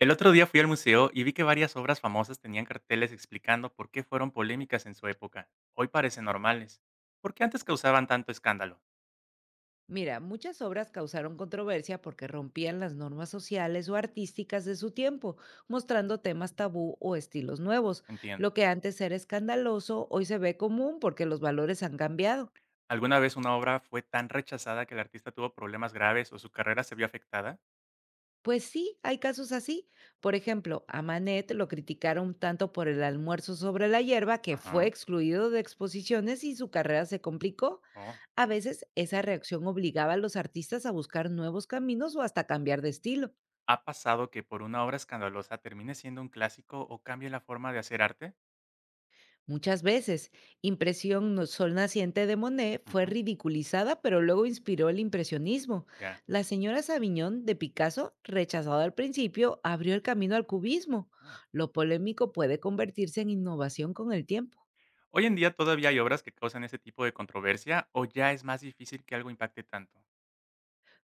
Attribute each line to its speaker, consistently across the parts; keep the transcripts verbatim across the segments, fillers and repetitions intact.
Speaker 1: El otro día fui al museo y vi que varias obras famosas tenían carteles explicando por qué fueron polémicas en su época. Hoy parecen normales. ¿Por qué antes causaban tanto escándalo?
Speaker 2: Mira, muchas obras causaron controversia porque rompían las normas sociales o artísticas de su tiempo, mostrando temas tabú o estilos nuevos.
Speaker 1: Entiendo.
Speaker 2: Lo que antes era escandaloso hoy se ve común porque los valores han cambiado.
Speaker 1: ¿Alguna vez una obra fue tan rechazada que el artista tuvo problemas graves o su carrera se vio afectada?
Speaker 2: Pues sí, hay casos así. Por ejemplo, a Manet lo criticaron tanto por el almuerzo sobre la hierba que fue
Speaker 1: Ajá.
Speaker 2: excluido de exposiciones y su carrera se complicó.
Speaker 1: Oh.
Speaker 2: A veces esa reacción obligaba a los artistas a buscar nuevos caminos o hasta cambiar de estilo.
Speaker 1: ¿Ha pasado que por una obra escandalosa termine siendo un clásico o cambie la forma de hacer arte?
Speaker 2: Muchas veces, Impresión no- Sol Naciente de Monet fue
Speaker 1: Ujú,
Speaker 2: ridiculizada, pero luego inspiró el impresionismo.
Speaker 1: ya.
Speaker 2: La señora Sabiñón de Picasso, rechazada al principio, abrió el camino al cubismo.
Speaker 1: Oh.
Speaker 2: Lo polémico puede convertirse en innovación con el tiempo.
Speaker 1: ¿Hoy en día todavía hay obras que causan ese tipo de controversia o ya es más difícil que algo impacte tanto?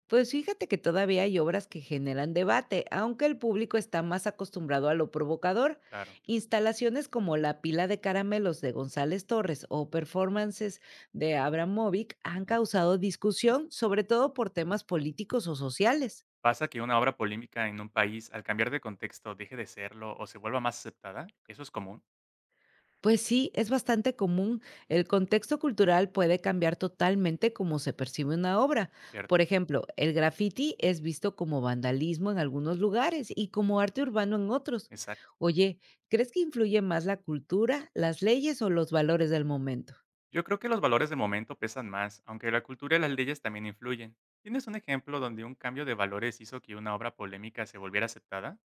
Speaker 2: Pues fíjate que todavía hay obras que generan debate, aunque el público está más acostumbrado a lo provocador.
Speaker 1: Claro.
Speaker 2: Instalaciones como La pila de caramelos de González Torres o performances de Abramovic han causado discusión, sobre todo por temas políticos o sociales.
Speaker 1: ¿Pasa que una obra polémica en un país, al cambiar de contexto, deje de serlo o se vuelva más aceptada? Eso es común.
Speaker 2: Pues sí, es bastante común. El contexto cultural puede cambiar totalmente cómo se percibe una obra.
Speaker 1: Cierto,
Speaker 2: Por ejemplo, el graffiti es visto como vandalismo en algunos lugares y como arte urbano en otros.
Speaker 1: exacto.
Speaker 2: Oye, ¿crees que influye más la cultura, las leyes o los valores del momento?
Speaker 1: Yo creo que los valores del momento pesan más, aunque la cultura y las leyes también influyen. ¿Tienes un ejemplo donde un cambio de valores hizo que una obra polémica se volviera aceptada?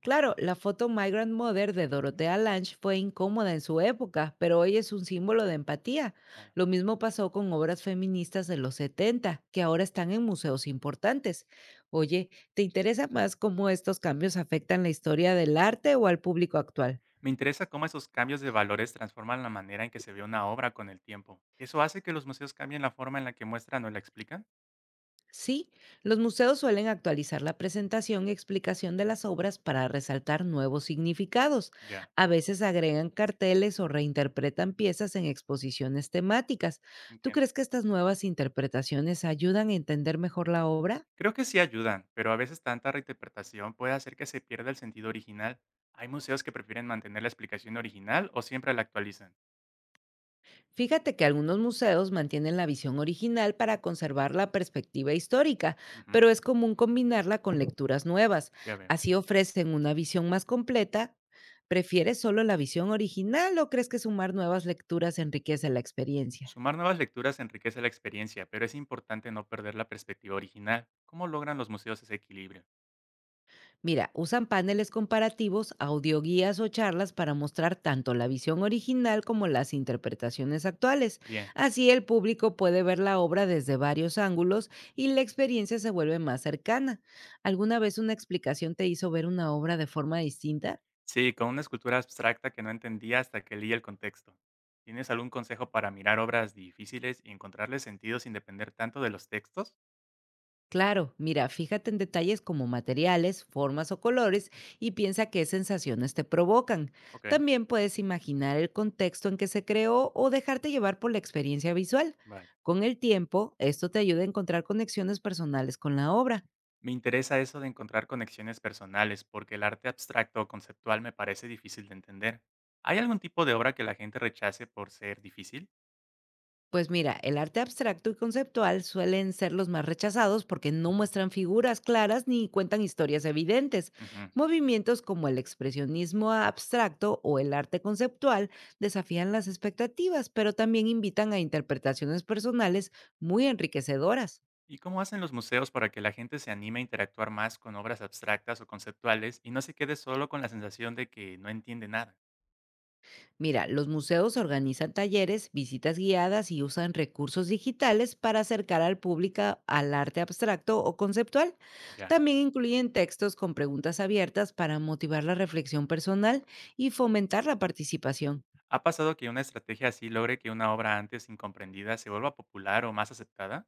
Speaker 2: Claro, la foto Migrant Mother de
Speaker 1: Ujú,
Speaker 2: Dorothea Lange fue incómoda en su época, pero hoy es un símbolo de empatía.
Speaker 1: ya.
Speaker 2: Lo mismo pasó con obras feministas de los setenta, que ahora están en museos importantes. Oye, ¿te interesa más cómo estos cambios afectan la historia del arte o al público actual?
Speaker 1: Me interesa cómo esos cambios de valores transforman la manera en que se ve una obra con el tiempo. ¿Eso hace que los museos cambien la forma en la que muestran o la explican?
Speaker 2: Sí, los museos suelen actualizar la presentación y explicación de las obras para resaltar nuevos significados.
Speaker 1: Ya,
Speaker 2: A veces agregan carteles o reinterpretan piezas en exposiciones temáticas. ¿Tú
Speaker 1: entiendo.
Speaker 2: crees que estas nuevas interpretaciones ayudan a entender mejor la obra?
Speaker 1: Creo que sí ayudan, pero a veces tanta reinterpretación puede hacer que se pierda el sentido original. ¿Hay museos que prefieren mantener la explicación original o siempre la actualizan?
Speaker 2: Fíjate que algunos museos mantienen la visión original para conservar la perspectiva histórica,
Speaker 1: Ujú,
Speaker 2: pero es común combinarla con lecturas nuevas.
Speaker 1: ya veo.
Speaker 2: Así ofrecen una visión más completa. ¿Prefieres solo la visión original o crees que sumar nuevas lecturas enriquece la experiencia?
Speaker 1: Sumar nuevas lecturas enriquece la experiencia, pero es importante no perder la perspectiva original. ¿Cómo logran los museos ese equilibrio?
Speaker 2: Mira, usan paneles comparativos, audioguías o charlas para mostrar tanto la visión original como las interpretaciones actuales.
Speaker 1: Bien.
Speaker 2: Así el público puede ver la obra desde varios ángulos y la experiencia se vuelve más cercana. ¿Alguna vez una explicación te hizo ver una obra de forma distinta?
Speaker 1: Sí, con una escultura abstracta que no entendía hasta que leí el contexto. ¿Tienes algún consejo para mirar obras difíciles y encontrarle sentido sin depender tanto de los textos?
Speaker 2: Claro, mira, fíjate en detalles como materiales, formas o colores y piensa qué sensaciones te provocan.
Speaker 1: Ok,
Speaker 2: También puedes imaginar el contexto en que se creó o dejarte llevar por la experiencia visual.
Speaker 1: vale.
Speaker 2: Con el tiempo, esto te ayuda a encontrar conexiones personales con la obra.
Speaker 1: Me interesa eso de encontrar conexiones personales, porque el arte abstracto o conceptual me parece difícil de entender. ¿Hay algún tipo de obra que la gente rechace por ser difícil?
Speaker 2: Pues mira, el arte abstracto y conceptual suelen ser los más rechazados porque no muestran figuras claras ni cuentan historias evidentes.
Speaker 1: Ujú.
Speaker 2: Movimientos como el expresionismo abstracto o el arte conceptual desafían las expectativas, pero también invitan a interpretaciones personales muy enriquecedoras.
Speaker 1: ¿Y cómo hacen los museos para que la gente se anime a interactuar más con obras abstractas o conceptuales y no se quede solo con la sensación de que no entiende nada?
Speaker 2: Mira, los museos organizan talleres, visitas guiadas y usan recursos digitales para acercar al público al arte abstracto o conceptual.
Speaker 1: Ya.
Speaker 2: También incluyen textos con preguntas abiertas para motivar la reflexión personal y fomentar la participación.
Speaker 1: ¿Ha pasado que una estrategia así logre que una obra antes incomprendida se vuelva popular o más aceptada?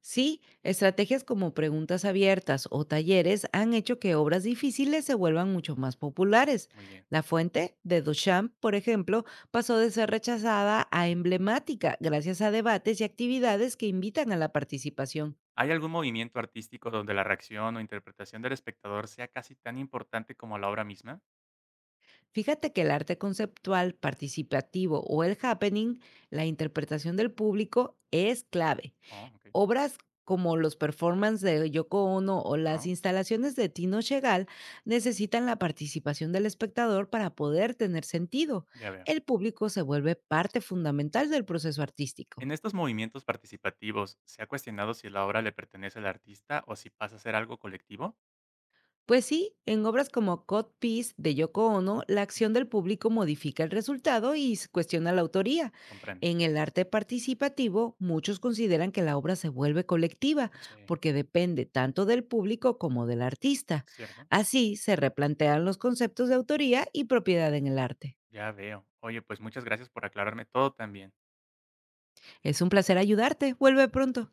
Speaker 2: Sí, estrategias como preguntas abiertas o talleres han hecho que obras difíciles se vuelvan mucho más populares.
Speaker 1: Muy bien.
Speaker 2: La fuente de Duchamp, por ejemplo, pasó de ser rechazada a emblemática gracias a debates y actividades que invitan a la participación.
Speaker 1: ¿Hay algún movimiento artístico donde la reacción o interpretación del espectador sea casi tan importante como la obra misma?
Speaker 2: Fíjate que el arte conceptual, participativo o el happening, la interpretación del público es clave.
Speaker 1: Oh, okey.
Speaker 2: Obras como los performances de Yoko Ono o las
Speaker 1: Ah,
Speaker 2: instalaciones de Tino Chegal necesitan la participación del espectador para poder tener sentido.
Speaker 1: ya veo.
Speaker 2: El público se vuelve parte fundamental del proceso artístico.
Speaker 1: En estos movimientos participativos, ¿se ha cuestionado si la obra le pertenece al artista o si pasa a ser algo colectivo?
Speaker 2: Pues sí, en obras como Codpiece de Yoko Ono, la
Speaker 1: Ujú,
Speaker 2: acción del público modifica el resultado y s- cuestiona la autoría.
Speaker 1: comprendo.
Speaker 2: En el arte participativo, muchos consideran que la obra se vuelve colectiva
Speaker 1: Sí,
Speaker 2: porque depende tanto del público como del artista.
Speaker 1: cierto.
Speaker 2: Así se replantean los conceptos de autoría y propiedad en el arte.
Speaker 1: Ya veo. Oye, pues muchas gracias por aclararme todo también.
Speaker 2: Es un placer ayudarte. Vuelve pronto.